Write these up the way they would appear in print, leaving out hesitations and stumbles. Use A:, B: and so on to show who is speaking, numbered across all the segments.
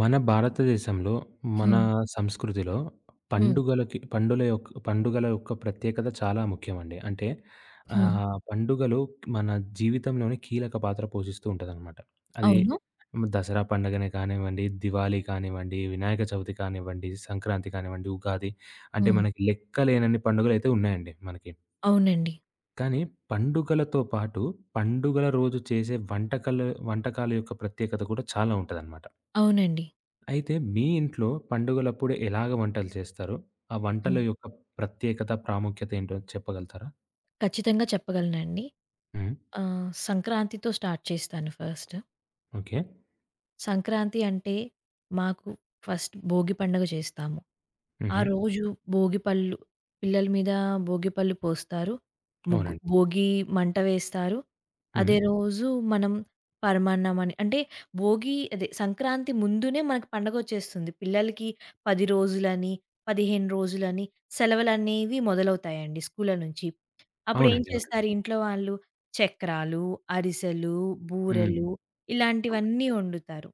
A: మన భారతదేశంలో, మన
B: హ్మ్.
A: సంస్కృతిలో
B: హ్మ్.
A: పండుగలకి పండుల యొక్క పండుగల యొక్క ప్రత్యేకత చాలా ముఖ్యమండి. అంటే
B: హ్మ్.
A: పండుగలు మన జీవితంలోనే కీలక పాత్ర పోషిస్తూ ఉంటదనమాట. అది
B: అవును.
A: దసరా పండుగనే కానివ్వండి, దివాళీ కానివ్వండి, వినాయక చవితి కానివ్వండి, సంక్రాంతి కానివ్వండి, ఉగాది అంటే
B: హ్మ్.
A: మనకి లెక్కలేనన్ని పండుగలైతే ఉన్నాయండి మనకి.
B: అవునండి.
A: కానీ పండుగలతో పాటు పండుగల రోజు చేసే వంటకాలు వంటకాల యొక్క ప్రత్యేకత కూడా చాలా ఉంటదనమాట.
B: అవునండి.
A: అయితే మీ ఇంట్లో పండుగలప్పుడు ఎలాగ వంటలు చేస్తారు? ఆ
B: హ్మ్.
A: వంటల యొక్క ప్రత్యేకత, ప్రాముఖ్యత ఏంటో చెప్పగలుగుతారా?
B: ఖచ్చితంగా చెప్పగలనండి.
A: హ్మ్.
B: సంక్రాంతితో స్టార్ట్ చేస్తాను ఫస్ట్.
A: ఓకే.
B: సంక్రాంతి అంటే మాకు ఫస్ట్ భోగి పండగ చేస్తాము. ఆ
A: హుహు.
B: రోజు భోగి పళ్ళు పిల్లల మీద భోగి పళ్ళు పోస్తారు. ముగ్గు
A: అవునండి.
B: భోగి మంట వేస్తారు.
A: హ్మ్.
B: అదే రోజు మనం పరమాన్నం అని అంటే భోగి అదే సంక్రాంతి ముందునే మనకు పండగొచ్చేస్తుంది. పిల్లలకి 10 రోజులని, 15 రోజులని సెలవులనేవి మొదలవుతాయండి స్కూళ్ళ నుంచి. అప్పుడేం
A: అవునండి, అవునండి.
B: చేస్తారు ఇంట్లో వాళ్ళు చక్రాలు, అరిసెలు,
A: హ్మ్.
B: బూరెలు ఇలాంటివన్నీ వండుతారు.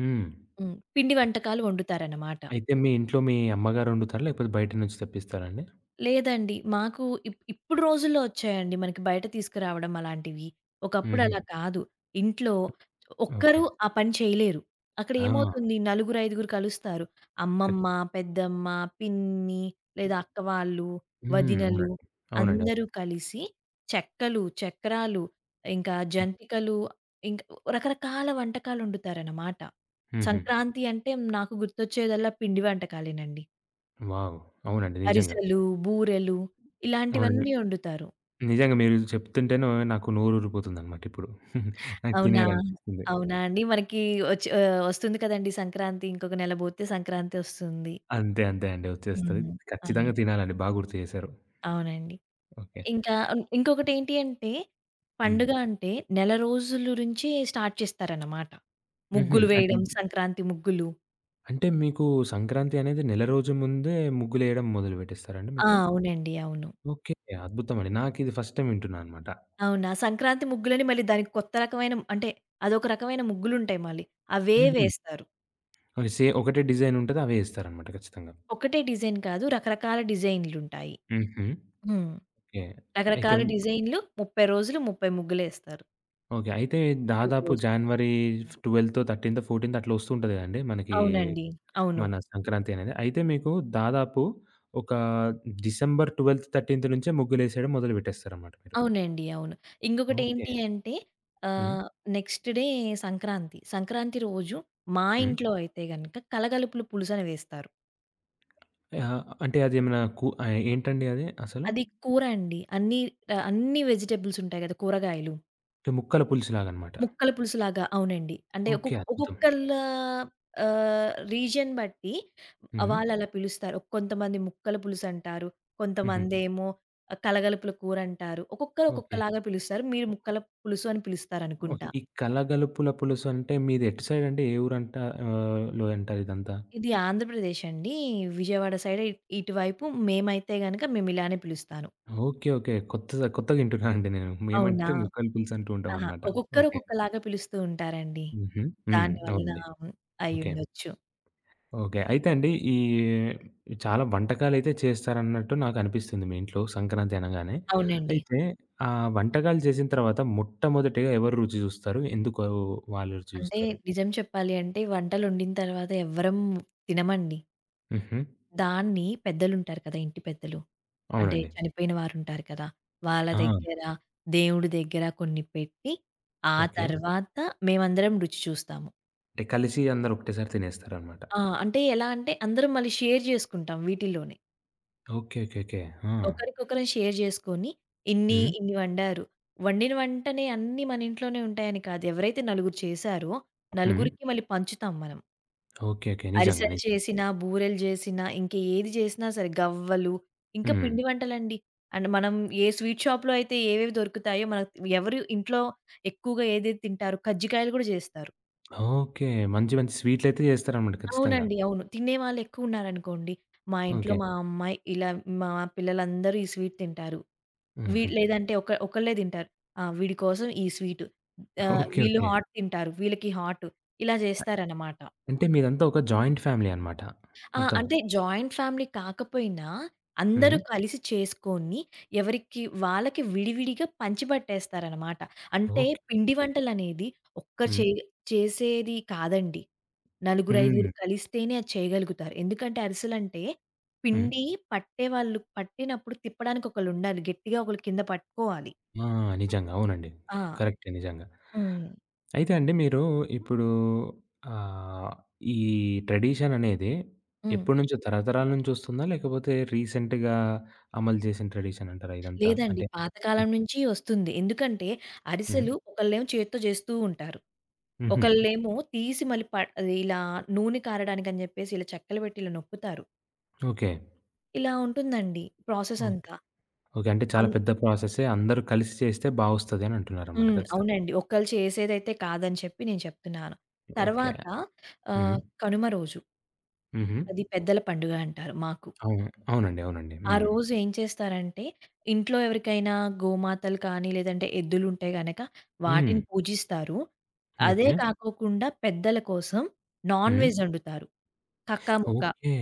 A: హ్మ్.
B: హ్మ్. పిండి వంటకాలు వండుతారనమాట.
A: అయితే మీ ఇంట్లో మీ అమ్మగారు వండుతారా? లేకపోతే బయట నుంచి తెప్పిస్తారా అండి?
B: లేదండి. మాకు ఇప్పుడు రోజుల్లో వచ్చాయండి మనకి బయట తీసుకురావడం అలాంటివి. ఒకప్పుడు
A: హుహు.
B: అలా కాదు. ఇంట్లో
A: ఓకే.
B: ఒక్కరు ఆ పని చేయలేరు. అక్కడ
A: ఆ!
B: ఏమవుతుంది, నలుగురు, ఐదుగురు కలుస్తారు.
A: కట్.
B: అమ్మమ్మ, పెద్దమ్మ, పిన్ని లేదా అక్క వాళ్ళు,
A: హ్మ్.
B: వదినలు
A: అవునండి. అవునండి.
B: అందరూ
A: అవునండి.
B: కలిసి చెక్కలు, చక్రాలు, ఇంకా జంతికలు, ఇంక రకరకాల వంటకాలొండుతారనమాట.
A: హుహు.
B: సంక్రాంతి అంటే నాకు గుర్తొచ్చేదల్లా పిండి వంటకాలేనండి.
A: వావ్! అవునండి, నిజంగా.
B: అరిసెలు, బూరెలు
A: అవునండి.
B: ఇలాంటివన్నీ వండుతారు.
A: నిజంగా మీరు చెప్తుంటేనే నాకు నోరూరిపోతుందన్నమాట ఇప్పుడు. నాకు
B: అవునా?
A: తినేయాలనిపిస్తుంది.
B: అవునా అండి? మనకి వస్తుంది కదండీ సంక్రాంతి. ఇంకొక నెల పోతే సంక్రాంతి వస్తుంది.
A: అంతే, అంతే అండి, వచ్చేస్తది.
B: హ్మ్. అవును.
A: ఖచ్చితంగా తినాలండి. బా గుర్తు చేశారు.
B: అవునండి.
A: ఓకే.
B: ఇంకా హ్మ్, ఇంకొకటేంటి అంటే
A: హ్మ్.
B: పండుగ అంటే నెల రోజులు నుంచి స్టార్ట్ చేస్తారన్నమాట.
A: హుహు.
B: ముగ్గులు
A: అంటే
B: వేయడం, సంక్రాంతి ముగ్గులు.
A: అంటే మీకు సంక్రాంతి అనేది నెల రోజు ముందే ముగ్గులేయడం మొదలు పెట్టేస్తారా అండి
B: ఆ!
A: మీకు?
B: అవునండి. అవును.
A: ఓకే. అద్భుతం అండి. నాకిది ఫస్ట్ టైమ్ వింటున్నా అనమాట.
B: అవునా? సంక్రాంతి ముగ్గులని మళ్ళీ దానికి కొత్త రకమైన అంటే అదొక రకమైన ముగ్గులుంటాయి మళ్ళీ. అవే
A: హుహు.
B: వేస్తారు.
A: ఓకే. సే ఒకటే డిజైన్ ఉంటది. అవే ఏస్తారనమాట ఖచ్చితంగా.
B: ఒకటే డిజైన్ కాదు రకరకాల డిజైన్‌లుంటాయి.
A: హుహు.
B: హ్మ్. హ్మ్.
A: ఓకే. అయితే
B: రకరకాల డిజైన్‌లు 30 రోజులు 30 ముగ్గులేస్తారు.
A: ఓకే, అయితే
B: 31
A: దాదాపు
B: రోజులు.
A: జనవరి 12థ్, 13థ్, 14థ్ అట్లా వస్తూ ఉంటది కదండీ! మనకి
B: అవునండి. అవును.
A: మన సంక్రాంతేనండి. అయితే మీకు దాదాపు ఒక డిసెంబర్ 12, 13 నుంచే ముగ్గులేసేయడం మొదలు పెట్టేస్తారనమాట మీరు.
B: అవునండి. అవును.
A: ఓకే.
B: ఇంకొకటేంటి అంటే
A: హ్మ్.
B: ఆహ్, నెక్స్ట్ డే సంక్రాంతి. సంక్రాంతి రోజు మా
A: హ్మ్.
B: ఇంట్లో అయితే గనక కలగలుపులు పులుసని వేస్తారు.
A: అంటే అదేమన్నా కు ఏంటండి అది అసలు?
B: అది కూర అండి. అన్ని వెజిటబుల్స్ ఉంటాయి గదా! కూరగాయలు.
A: అంటే ముక్కల పులుసులాగనమాట.
B: ముక్కల పులుసులాగా. అవునండి. అంటే
A: ఓకే,
B: ఒక్కొక్క
A: అద్భుతం.
B: ఒక్కొక్కళ్ళ రీజియన్ బట్టి
A: హ్మ్.
B: వాళ్ళలా పిలుస్తారు. కొంతమంది ముక్కల పులుసంటారు.
A: హుహు.
B: కొంతమందేమో కలగలుపుల కూరంటారు. ఒక్కొక్కరు
A: ఓకే.
B: ఒక్కొక్కలాగా పిలుస్తారు. మీరు ముక్కల పులుసు అని
A: ఓకే.
B: పిలుస్తారనుకుంటా.
A: ఈ కలగలుపుల పులుసు అంటే మీది ఎటు సైడ్ అండి? ఏ ఊరంట లో అంటారు ఇదంతా?
B: ఇది ఆంధ్రప్రదేశ్ అండి. విజయవాడ సైడ్ ఇటువైపు మేమైతే గనక మేమిలానే పిలుస్తాను.
A: ఓకే. ఓకే. కొత్త కొత్తగా వింటున్నానండి నేను.
B: అవునా?
A: మేమంటే ముక్కల పులుసు అంటూ
B: ఆహా!
A: ఉంటామనమాట.
B: ఒక్కొక్కరు
A: ఓకే.
B: ఒక్కొక్కలాగా పిలుస్తూ ఉంటారండి.
A: హుహు. హ్మ్.
B: దాని వలన
A: అవునండి. ఓకే.
B: అయ్యుండొచ్చు.
A: ఓకే. అయితే అండి ఈ చాలా వంటకాలైతే చేస్తారన్నట్టు నాకనిపిస్తుంది మీ ఇంట్లో సంక్రాంతి అనంగానే.
B: అవునండి.
A: అయితే ఆ వంటకాలు చేసిన తర్వాత మొట్టమొదటిగా ఎవరు రుచి చూస్తారు? ఎందుకు వాళ్ళు రుచి
B: అంటే
A: చూస్తారు?
B: నిజం చెప్పాలి అంటే వంటలొండిన తర్వాత ఎవ్వరం తినమండి.
A: హుహు.
B: దాన్ని పెద్దలుంటారు కదా! ఇంటి పెద్దలు. అంటే
A: అవునండి.
B: చనిపోయిన వారుంటారు కదా! వాళ్ళ
A: ఆ!
B: దగ్గర, దేవుడి దగ్గర కొన్ని పెట్టి, ఆ
A: ఓకే.
B: తర్వాత మేమందరం రుచి చూస్తాము.
A: అంటే కలిసి అందరూ ఒకటేసారి తినేస్తారనమాట.
B: ఆ! అంటే ఎలా అంటే అందరం మళ్ళీ షేర్ జేసుకుంటాం వీటిల్లోనే.
A: ఓకే. ఓకే. ఓకే. ఆ!
B: ఒకరికొకరం షేర్ జేసుకొని ఇన్ని,
A: హ్మ్.
B: ఇన్ని వండారు. వండిన వంటనే అన్నీ మన ఇంట్లోనే ఉంటాయని కాదు. ఎవరైతే నలుగురు చేశారో
A: హ్మ్.
B: నలుగురికి మళ్ళీ పంచుతాం మనం.
A: ఓకే. ఓకే, నిజంగా,
B: అరిసెలు
A: నిజంగా.
B: చేసినా, బూరెలు చేసినా, ఇంక ఏది చేసినా సరే గవ్వలు, ఇంకా
A: హ్మ్.
B: పిండి వంటలండి. అండ్ మనం ఏ స్వీట్ షాప్‌లో అయితే ఏవేవి దొరుకుతాయో మనకు ఎవరు ఇంట్లో ఎక్కువగా ఏదేది తింటారు కజ్జికాయలు కూడా చేస్తారు.
A: ఓకే. మంచి మంచి స్వీట్‌లయితే చేస్తారనమాట ఖచ్చితంగా.
B: అవునండి. అవును. తినేవాళ్ళు ఎక్కువున్నారనుకోండి, మా ఇంట్లో
A: ఓకే.
B: మా అమ్మాయి ఇలా మా పిల్లలందరూ ఈ స్వీట్ తింటారు.
A: హుహు.
B: లేదంటే ఒకళ్ళే తింటారు. ఆ! వీడి కోసం ఈ స్వీటు.
A: ఓకే.
B: వీళ్ళు
A: ఓకే.
B: హాట్ తింటారు. వీళ్ళకి హాటు. ఇలా చేస్తారనమాట.
A: అంటే మీదంతా ఒక జాయింట్ ఫ్యామిలీ అనమాట
B: ఆ!
A: మొత్తము.
B: అంటే జాయింట్ ఫ్యామిలీ కాకపోయినా అందరూ
A: హ్మ్.
B: కలిసి చేసుకొని, ఎవరికి వాళ్ళకి విడివిడిగా పంచిపెట్టేస్తారనమాట. అంటే
A: ఓకే.
B: పిండి వంటలనేది ఒక్కరు
A: హ్మ్.
B: చే చేసేది కాదండి. నలుగురు,
A: హ్మ్.
B: ఐదుగురు కలిస్తేనే అది చేయగలుగుతారు. ఎందుకంటే అరిసెలంటే
A: హ్మ్.
B: పిండి పట్టేవాళ్ళు పట్టినప్పుడు తిప్పడానికి ఒకళ్ళుండాలి. గట్టిగా ఒకళ్ళు కింద పట్టుకోవాలి.
A: ఆ! నిజంగా, అవునండి.
B: ఆ!
A: కరెక్టే నిజంగా.
B: హ్మ్.
A: అయితే అండి మీరు ఇప్పుడు ఆహ్, ఈ ట్రెడిషన్ అనేది
B: హ్మ్.
A: ఎప్పటినుంచో తరతరాల నుంచి వస్తుందా? లేకపోతే రీసెంట్‌గా అమలు చేసిన ట్రెడిషన్ అంటారా ఇదంతా?
B: లేదండి.
A: అంటే
B: పాతకాలం నుంచి వస్తుంది. ఎందుకంటే
A: హ్మ్.
B: అరిసెలు ఒకళ్ళేమో చేత్తో చేస్తూ ఉంటారు.
A: హుహు.
B: ఒకళ్ళేమో తీసి మళ్ళీ అది ఇలా నూనె కారడానికని జెప్పేసి ఇలా చెక్కలు పెట్టి ఇలా నొక్కుతారు.
A: ఓకే.
B: ఇలా ఉంటుందండి ప్రాసెస్
A: ఓకే.
B: అంతా.
A: ఓకే, అంటే చాలా
B: అన్
A: పెద్ద ప్రాసెసే. అందరూ కలిసి చేస్తే బావొస్తది అని అంటున్నారన్నమాట
B: హ్మ్.
A: ఖచ్చితంగా.
B: అవునండి. ఒకళ్ళు చేసేదైతే కాదని చెప్పి నేను చెప్తున్నాను.
A: ఓకే.
B: తర్వాత
A: హ్మ్.
B: కనుమ రోజు.
A: హుహు.
B: అది పెద్దల పండుగ అంటారు మాకు.
A: అవును, అవునండి, అవునండి.
B: ఆ
A: హ్మ్.
B: రోజు ఏం చేస్తారంటే, ఇంట్లో ఎవరికైనా గోమాతలు కానీ, లేదంటే ఎద్దులుంటే గనక
A: హ్మ్.
B: వాటిని పూజిస్తారు. అదే
A: ఓకే.
B: కాకోకుండా పెద్దల కోసం నాన్
A: హ్మ్.
B: వెజ్ ఒండుతారు. కక్కాముక్క.
A: ఓకే.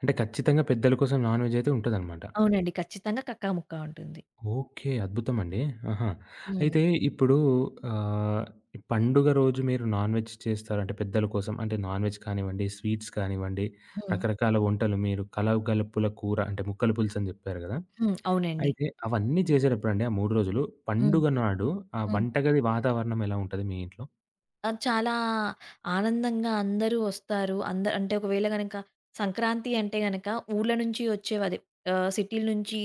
A: అంటే ఖచ్చితంగా పెద్దల కోసం నాన్ వెజ్ అయితే ఉంటదనమాట.
B: అవునండి. ఖచ్చితంగా కక్కాముక్క ఉంటుంది.
A: ఓకే, అద్భుతమండి. ఆహా!
B: హ్మ్.
A: అయితే ఇప్పుడు ఆహ్, పండుగ రోజు మీరు నాన్ వెజ్ చేస్తారు అంటే పెద్దల కోసం అంటే నాన్ వెజ్ కానివ్వండి, స్వీట్స్ కానివ్వండి,
B: హ్మ్.
A: రకరకాల వంటలు మీరు కలగలుపుల కూర అంటే ముక్కల పులుసు అని జెప్పారు గదా!
B: హ్మ్. అవునండి.
A: అయితే అవన్నీ చేసేటప్పుడండి ఆ 3 రోజులు
B: హ్మ్.
A: పండుగ నాడు ఆ
B: హ్మ్.
A: వంటగది వాతావరణం ఎలా ఉంటది మీ ఇంట్లో?
B: అది చాలా ఆనందంగా అందరూ వస్తారు. అంటే ఒకవేళ గనక సంక్రాంతి అంటే గనక ఊర్ల నుంచి వచ్చేవదే సిటీల నుంచి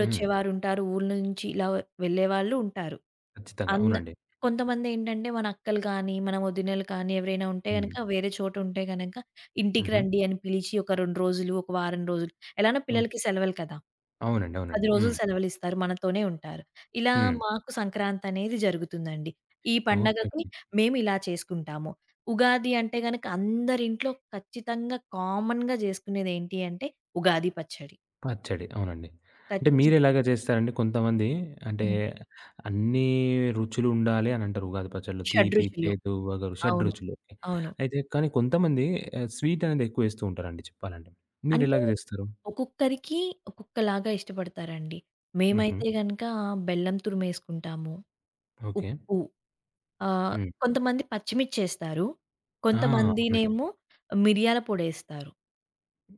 A: హ్మ్.
B: ఊర్ల నుంచి ఇలా వెళ్ళేవాళ్ళు ఉంటారు.
A: ఖచ్చితంగా,
B: అంద
A: అవునండి.
B: కొంతమందేంటంటే మన అక్కలు కానీ, మన వదినలు కానీ ఎవరైనా ఉంటే
A: హ్మ్.
B: గనక వేరే చోటుంటే గనక ఇంటికి
A: హుహు.
B: రండి అని పిలిచి ఒక 2 రోజులు, ఒక వారం రోజులు ఎలానో
A: ఓహ్!
B: పిల్లలకి సెలవులు కదా!
A: అవునండి,
B: 10
A: అవునండి.
B: రోజులు
A: హ్మ్.
B: సెలవులిస్తారు. మనతోనే ఉంటారు. ఇలా
A: హ్మ్.
B: మాకు సంక్రాంతనేది జరుగుతుందండి. ఈ
A: ఓకే.
B: పండగకి మేమిలా చేసుకుంటాము. ఉగాది అంటే గనక అందరింట్లో ఖచ్చితంగా కామన్‌గా జేసుకునేదేంటి అంటే ఉగాది పచ్చడి.
A: పచ్చడి, అవునండి. అంటే
B: ఖచ్చి
A: మీరెలాగ చేస్తారండి? కొంతమంది అంటే
B: హ్మ్.
A: అన్నీ రుచులుండాలి అనంటారు ఉగాది పచ్చడిలో. తీపి,
B: షడ్రుచులు.
A: చేదు, వగరు
B: అవును.
A: షడ్‌రుచులు.
B: అవును.
A: అయితే కానీ కొంతమంది స్వీట్ అనేది ఎక్కువేస్తూ ఉంటారండి చెప్పాలంటే.
B: అంటే
A: మీరెలాగ చేస్తారు?
B: ఒక్కొక్కరికి ఒక్కొక్కలాగా ఇష్టపడతారండి.
A: హుహు.
B: మేమైతే గనక బెల్లం తురిమేసుకుంటాము,
A: ఓకే.
B: ఉప్పు ఆహ్,
A: హ్మ్.
B: కొంతమంది పచ్చిమిర్చేస్తారు.
A: ఆ! అవునండి.
B: కొంతమందినేమో మిరియాల పొడేస్తారు.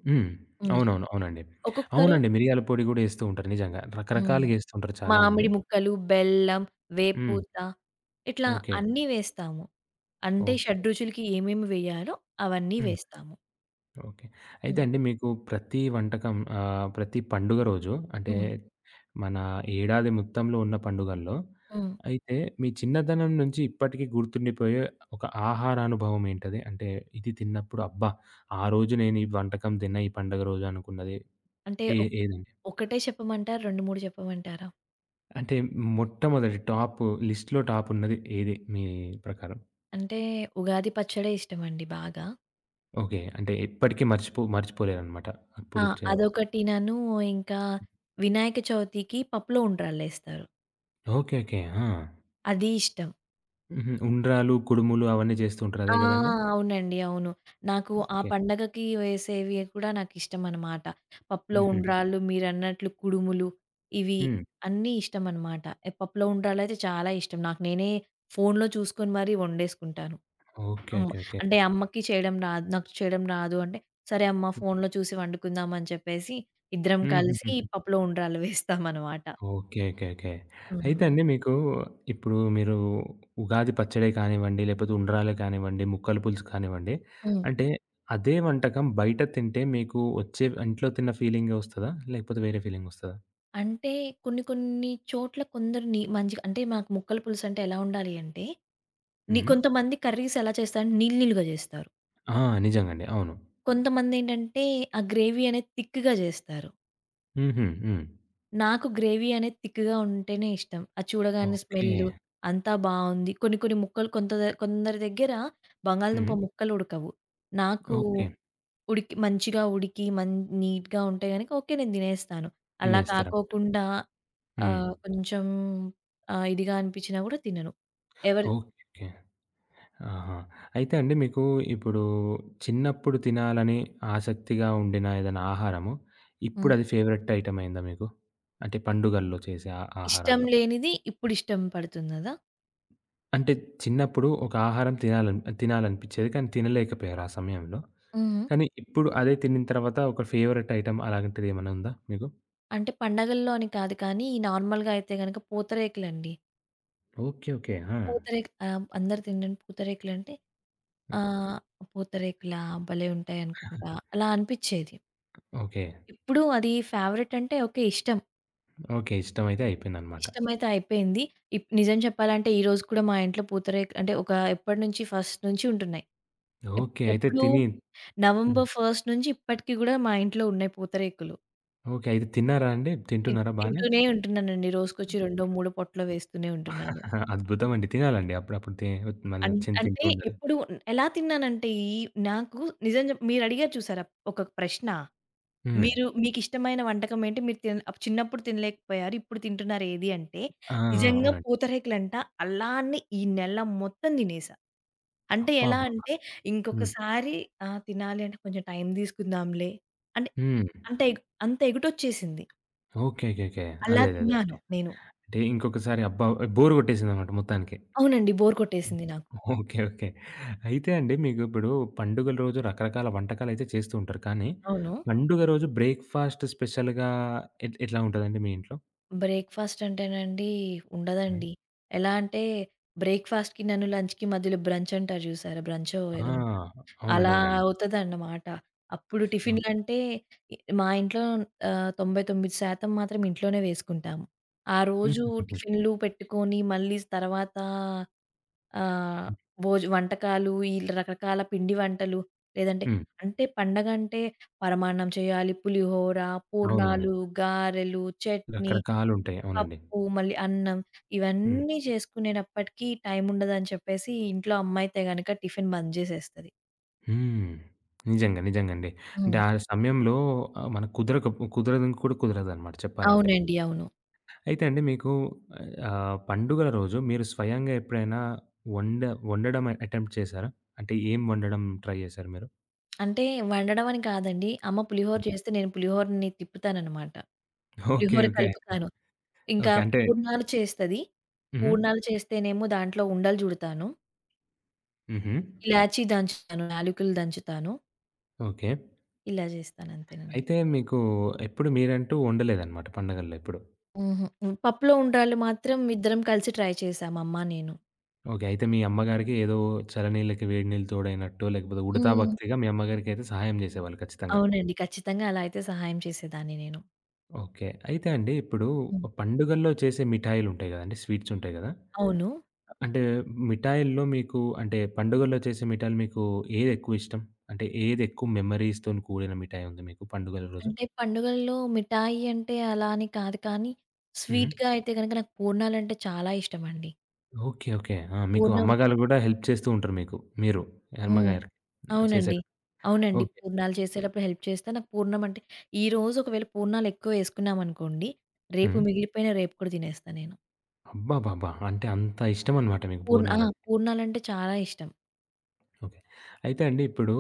A: హ్మ్.
B: హ్మ్.
A: అవునవును, అవునండి,
B: ఒక్కొక్కరు
A: అవునండి. మిరియాల పొడి గూడా ఏస్తూ ఉంటారు నిజంగా.
B: హ్మ్.
A: రకరకాలుగేస్తూ ఉంటారు చాలామంది.
B: మామిడి ముక్కలు, బెల్లం,
A: హ్మ్.
B: వేపూత ఇట్లా
A: ఓకే.
B: అన్నీ వేస్తాము. అంటే
A: ఓకే.
B: షడ్‌రుచులకి ఏమేమి వేయాలో అవన్నీ
A: హ్మ్.
B: వేస్తాము.
A: ఓకే. అయితే
B: హ్మ్.
A: అండి మీకు ప్రతి వంటకం ప్రతి పండుగ రోజు అంటే
B: హ్మ్.
A: మన ఏడాది మొత్తంలో ఉన్న పండుగల్లో
B: హ్మ్.
A: అయితే మీ చిన్నతనం నుంచి ఇప్పటికి గుర్తుండిపోయే ఒక ఆహారానుభవం ఏంటది? అంటే ఇది తిన్నప్పుడు అబ్బా! ఆ రోజు నేను ఈ వంటకం తిన్న ఈ పండుగ రోజు అనుకున్నది
B: అంటే
A: ఏ ఏదండి?
B: ఒకటే చెప్పమంటారా? 2, 3 చెప్పమంటారా?
A: అంటే మొట్టమొదటి టాప్ లిస్ట్‌లో టాప్ ఉన్నది ఏది మీ ప్రకారం?
B: అంటే ఉగాది పచ్చడే ఇష్టమండి బాగా.
A: ఓకే. అంటే ఎప్పటికి మర్చిపోలేరనమాట.
B: ఆ!
A: అప్పుడు చే
B: అదొకటినను ఇంకా వినాయక చవితికి పప్పులో ఉండ్రాళ్ళేస్తారు.
A: ఓకే. ఓకే. ఆ!
B: అది ఇష్టం.
A: హుహు. ఉండ్రాలు, కుడుములు అవన్నీ చేస్తూ ఉంటారు. అదే
B: ఆ!
A: గదండీ?
B: అవునండి. అవును. నాకు ఆ
A: ఓకే.
B: పండగకి వేసేవి కూడా నాకిష్టమనమాట. పప్పులో
A: హుహు.
B: ఉండ్రాళ్ళు, మీరన్నట్లు కుడుములు ఇవి
A: హ్మ్.
B: అన్నీ ఇష్టమనమాట. పప్పులో ఉండ్రాళ్ళైతే చాలా ఇష్టం. నాకు నేనే ఫోన్‌లో చూసుకొని మరీ వండేసుకుంటాను.
A: ఓకే.
B: హ్మ్.
A: ఓకే. ఓకే.
B: అంటే అమ్మకి చేయడం రాదు, నాకు చేయడం రాదు అంటే, "సరే అమ్మ ఫోన్‌లో చూసి వండుకుందాం" అని చెప్పేసి ఇద్దరం కలిసి
A: హుహుహుహు.
B: పప్పులో ఉండ్రాళ్ళు వేస్తామనమాట.
A: ఓకే. ఓకే. ఓకే.
B: హ్మ్.
A: అయితే అండి మీకు ఇప్పుడు మీరు ఉగాది పచ్చడే కానివ్వండి, లేపోతే ఉండ్రాలే కానివ్వండి, ముక్కల పులుసు కానివ్వండి,
B: హ్మ్.
A: అంటే అదే వంటకం బయట తింటే మీకు వచ్చే ఇంట్లో తిన్న ఫీలింగే ఒస్తదా? లేకపోతే వేరే ఫీలింగొస్తదా?
B: అంటే కొన్ని కొన్ని చోట్ల కొందరు మంచిగా అంటే మాకు ముక్కల పులుసంటే ఎలా ఉండాలి అంటే,
A: హ్మ్.
B: కొంతమంది కర్రీస్ ఎలా చేస్తారంటే నీళ్ళు నీళ్ళుగా చేస్తారు.
A: ఆ! నిజంగండి, అవును.
B: కొంతమందేంటంటే ఆ గ్రేవీ అనేది థిక్‌గా చేస్తారు.
A: హుహు. హ్మ్.
B: నాకు గ్రేవీ అనేది థిక్‌గా ఉంటేనే ఇష్టం. అది చూడగానే
A: ఓకే.
B: స్మెల్లు అంతా బావుంది. కొన్ని కొన్ని ముక్కలు కొంత కొందరి దగ్గర
A: హ్మ్.
B: బంగాళదుంప ముక్కలు ఉడకవు. నాకు
A: ఓకే,
B: ఉడికి మంచిగా ఉడికి నీట్‌గా ఉంటే గనక ఓకే నేను తినేస్తాను. అలా
A: తినేస్తారనమాట.
B: కాకోకుండా
A: హ్మ్.
B: కొంచెం ఇదిగా అనిపించినా గూడా తినను. ఎవరి
A: ఓకే. ఆహా! అయితే అండి మీకు ఇప్పుడు చిన్నప్పుడు తినాలని ఆసక్తిగా ఉండిన ఏదైనా ఆహారము,
B: హ్మ్.
A: ఇప్పుడది ఫేవరెట్ ఐటెమ్ అయిందా మీకు? అంటే పండుగల్లో చేసే ఆ
B: ఇష్టం
A: ఆహారాల్లో.
B: లేనిది ఇప్పుడు ఇష్టం పడుతుంది గదా!
A: అంటే చిన్నప్పుడు ఒక ఆహారం తినాలని తినాలనిపిచ్చేది. కానీ తినలేకపోయారు ఆ సమయంలో.
B: హుహు.
A: కానీ ఇప్పుడు అదే తినిన తర్వాత ఒక ఫేవరెట్ ఐటెమ్ అలాంటిదేమన్నా ఉందా మీకు?
B: అంటే పండగల్లో అని కాదు కానీ, నార్మల్‌గా అయితే గనక పూతరేకులండి.
A: ఓకే. ఓకే. ఆ!
B: అందరూ తినని పూతరేకులంటే
A: హ్మ్.
B: ఆహ్, పూతరేకులా భలే ఉంటాయనుకుంటా అలా అనిపిచ్చేది.
A: ఓకే.
B: ఇప్పుడు అది ఫేవరెట్ అంటే ఓకే. ఇష్టం.
A: ఓకే, ఇష్టమైతే అయిపోయిందనమాట.
B: ఇష్టమైతే అయిపోయింది. నిజం చెప్పాలంటే ఈరోజు కూడా మా ఇంట్లో పూతరేకు అంటే ఒక ఎప్పటి నుంచి ఫస్ట్ నుంచి ఉంటున్నాయి. ఎప్
A: ఓకే. అయితే
B: ఎప్పుడూ
A: తిని హ్మ్.
B: నవంబర్ 1 నుంచి ఇప్పటికి గూడా మా ఇంట్లో ఉన్నాయి పూతరేకులు.
A: ఓకే. అయితే తిన్నారా అండి? తింటున్నారా బానే?
B: తింటూనే ఉంటున్నానండి. రోజుకొచ్చి రెండో, మూడో పొట్లో వేస్తూనే ఉంటున్నాను.
A: అహా! అద్భుతమండి. తినాలండి. అప్పుడప్పుడు తి మన నచ్చింది తింటూ
B: అంటే
A: ఉండాలి.
B: ఎప్పుడు ఎలా తిన్నానంటే ఈ నాకు నిజం మీరు అడిగారు చూసారా ఒక ప్రశ్న.
A: హ్మ్.
B: మీరు మీకిష్టమైన వంటకం ఏంటి? మీరు తిన్ అప్ చిన్నప్పుడు తినలేకపోయారు. ఇప్పుడు తింటున్నారు ఏది అంటే,
A: ఆ! ఆ!
B: నిజంగా
A: అవునండి.
B: పూతరేకులంట అలానే ఈ నెల మొత్తం తినేసా. అంటే ఎలా
A: అబ్బబ్బబ్బా!
B: అంటే
A: హ్మ్.
B: ఇంకొకసారి ఆ! తినాలి అంటే కొంచెం టైం తీసుకుందాంలే. అంటే
A: హ్మ్.
B: అంత ఎగ్ అంత ఎగుటొచ్చేసింది.
A: ఓకే. ఓకే. ఓకే.
B: అలా
A: అదే, అదే, అదే అండి.
B: తిన్నాను నేను.
A: అంటే ఇంకొకసారి అబ్బా! బోర్ కొట్టేసిందనమాట మొత్తానికి.
B: అవునండి. బోర్ కొట్టేసింది నాకు.
A: ఓకే. ఓకే. అయితే అండి మీకు ఇప్పుడు పండుగల రోజు రకరకాల వంటకాలయితే చేస్తూ ఉంటారు. కానీ
B: అవును.
A: పండుగ రోజు బ్రేక్‌ఫాస్ట్ స్పెషల్‌గా ఎట్లా ఉంటదండి మీ ఇంట్లో?
B: బ్రేక్‌ఫాస్ట్ అంటేనండి
A: హ్మ్.
B: ఉండదండి. ఎలా అంటే బ్రేక్‌ఫాస్ట్‌కి నన్ను లంచ్‌కి మధ్యలో బ్రంచ్ అంటారు చూసారా? బ్రంచో
A: ఆ!
B: ఏదో
A: అవునండి,
B: అలా
A: అవునండి.
B: అవుతదన్నమాట. అప్పుడు
A: ఓకే.
B: టిఫిన్‌లంటే మా ఇంట్లో 99% మాత్రం ఇంట్లోనే వేసుకుంటాము. ఆ రోజు
A: హుహుహుహు.
B: టిఫిన్‌లు పెట్టుకొని మళ్ళీ తర్వాత ఆహ్, వంటకాలు ఈ రకరకాల పిండి వంటలు లేదంటే
A: హ్మ్.
B: అంటే పండగంటే పరమాన్నం చేయాలి, పులిహోర,
A: అవునండి,
B: పూర్ణాలు, గారెలు, చట్నీ,
A: రకరకాలుంటాయి, అవునండి.
B: పప్పు, మళ్ళీ అన్నం
A: హ్మ్.
B: ఇవన్నీ చేసుకునేటప్పటికి టైముండదని చెప్పేసి ఇంట్లో అమ్మ అయితే గనక టిఫిన్ బంద్ జేసేస్తది.
A: హ్మ్. నిజంగా, నిజంగండి. అంటే
B: హ్మ్.
A: ఆ సమయంలో మనకు కుదరదు కూడా కుదరదనమాట చెప్పాలంటే.
B: అవునండి. అవును.
A: అయితే అండి మీకు పండుగల రోజు మీరు స్వయంగా ఎప్పుడైనా వండ వండడం అటెంప్ట్ చేశారా? అంటే ఏం వండడం ట్రై చేశారు మీరు?
B: అంటే వండడం అని కాదండి. అమ్మ పులిహోర చేస్తే నేను పులిహోరని తిప్పుతాననమాట.
A: ఓకే.
B: పులిహోర
A: ఓకే.
B: కలుపుతాను. ఇంకా
A: ఓకే. అంటే
B: పూర్ణాలు చేస్తది.
A: హ్మ్.
B: పూర్ణాలు చేస్తేనేమో దాంట్లో ఉండలు జుడతాను.
A: హుహు.
B: ఇలాచీ దంచుతాను. యాలకులు దంచుతాను.
A: ఓకే.
B: ఇలా చేస్తాను అంతేనండి.
A: అయితే మీకు ఎప్పుడు మీరంటూ వండలేదనమాట పండగల్లో ఎప్పుడు.
B: హుహు. పప్పులో ఉండ్రాళ్ళు మాత్రం ఇద్దరం కలిసి ట్రై చేశాం అమ్మ, నేను.
A: ఓకే. అయితే మీ అమ్మగారికి ఏదో చలనీళ్ళకి వేడి నీళ్ళు తోడైనట్టో లేకపోతే ఉడతా
B: హ్మ్.
A: భక్తిగా మీ అమ్మగారికైతే సహాయం చేసేవాళ్ళు ఖచ్చితంగా.
B: అవునండి. ఖచ్చితంగా అలా అయితే సహాయం చేసేదాన్ని నేను.
A: ఓకే. అయితే అండి ఇప్పుడు
B: హ్మ్.
A: పండుగల్లో చేసే మిఠాయిలుంటాయి గదండీ! స్వీట్స్ ఉంటాయి గదా!
B: అవును.
A: అంటే మిఠాయిల్లో మీకు అంటే పండుగల్లో చేసే మిఠాయిలు మీకు ఏదెక్కువ ఇష్టం? అంటే ఏదెక్కువ మెమోరీస్‌తోని కూడిన మిఠాయి ఉంది మీకు పండుగల రోజు?
B: అంటే పండుగల్లో మిఠాయి అంటే అలా అని కాదు కానీ,
A: హుహు.
B: స్వీట్‌గా అయితే గనక నాకు పూర్ణాలంటే చాలా ఇష్టమండి.
A: ఓకే. ఓకే. ఆ! మీకు
B: పూర్ణం
A: అమ్మగారు గూడా హెల్ప్ చేస్తూ ఉంటారు మీకు. మీరు
B: హ్మ్.
A: అమ్మగారికి
B: అవునండి.
A: చేసేటప్పుడు.
B: అవునండి.
A: ఓకే.
B: పూర్ణాలు చేసేటప్పుడు హెల్ప్ చేస్తా. నాకు పూర్ణం అంటే ఈరోజు ఒకవేళ పూర్ణాలు ఎక్కువ వేసుకున్నామనుకోండి, రేపు
A: హ్మ్.
B: మిగిలిపోయిన రేపు కూడా తినేస్తా నేను.
A: అబ్బబ్బబ్బా! అంటే అంత ఇష్టమనమాట మీకు
B: ఆ!
A: పూర్ణాలంటే.
B: పూర్ణాలంటే చాలా ఇష్టం.
A: ఓకే. అయితే అండి ఇప్పుడు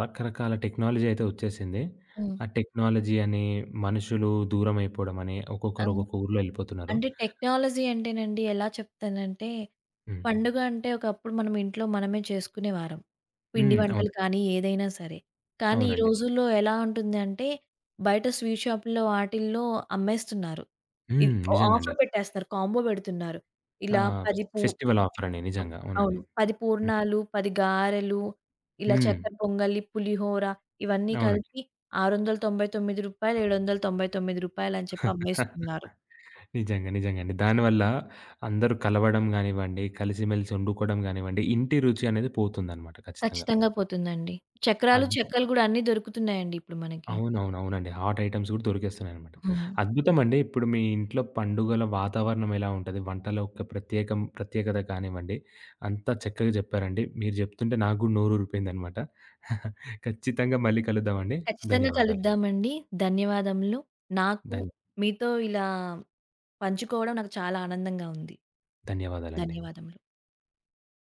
A: రకరకాల టెక్నాలజీ అయితే వచ్చేసింది.
B: హ్మ్.
A: ఆ టెక్నాలజీ అని, మనుషులు దూరం అయిపోవడం అని,
B: ఆ!
A: ఒక్కొక్కరు ఒక్కొక్క ఊర్లో వెళ్ళిపోతున్నారు.
B: అంటే టెక్నాలజీ అంటేనండి ఎలా చెప్తానంటే,
A: హ్మ్.
B: పండుగ అంటే ఒకప్పుడు మనం ఇంట్లో మనమే చేసుకునేవారం. పిండి
A: హ్మ్. అవును,
B: వంటలు కానీ, ఏదైనా సరే. కానీ ఈ
A: అవునండి.
B: రోజుల్లో ఎలా ఉంటుంది అంటే, బయట స్వీట్ షాపుల్లో వాటిల్లో అమ్మేస్తున్నారు. ఇది
A: హ్మ్.
B: ఓ
A: నిజంగండి.
B: ఆఫర్ పెట్టేస్తారు. కాంబో పెడుతున్నారు.
A: ఆ!
B: ఇలా 10 పూ
A: ఫెస్టివల్ ఆఫర్ అని నిజంగా, అవునండి.
B: అవును. 10
A: హ్మ్.
B: పూర్ణాలు, 10 గారెలు, ఇలా
A: హ్మ్.
B: చక్కెర పొంగలి, పులిహోర ఇవన్నీ
A: అవునండి.
B: కలిపి రూ. 699, రూ. 799 అని చెప్పి అమ్మేస్తున్నారు.
A: నిజంగా, నిజంగండి. దానివల్ల అందరూ కలవడం గానివ్వండి, కలిసిమెలిసి వండుకోవడం గానివ్వండి, ఇంటి రుచి అనేది పోతుందనమాట ఖచ్చితంగా.
B: ఖచ్చితంగా పోతుందండి. చక్రాలు,
A: అద్
B: చెక్కలు గూడా అన్నీ దొరుకుతున్నాయండి ఇప్పుడు మనకి.
A: అవునవును, అవునండి. హాట్ ఐటెమ్స్ గూడా దొరికేస్తున్నాయనమాట.
B: హ్మ్.
A: అద్భుతమండి. ఇప్పుడు మీ ఇంట్లో పండుగల వాతావరణం ఎలా ఉంటది? వంటల యొక్క ప్రత్యేకత కానివ్వండి, అంతా చక్కగా జెప్పారండి. మీరు జెప్తుంటే నాకు గూడా నోరూరిపోయిందనమాట. ఖచ్చితంగా మళ్ళీ కలుద్దామండి.
B: ఖచ్చితంగా
A: ధన్యవాదాలు.
B: కలుద్దామండి. ధన్యవాదములు. నాకు
A: ధన్
B: మీతో ఇలా పంచుకోవడం నాకు చాలా ఆనందంగా ఉంది.
A: ధన్యవాదాలండి.
B: ధన్యవాదములు.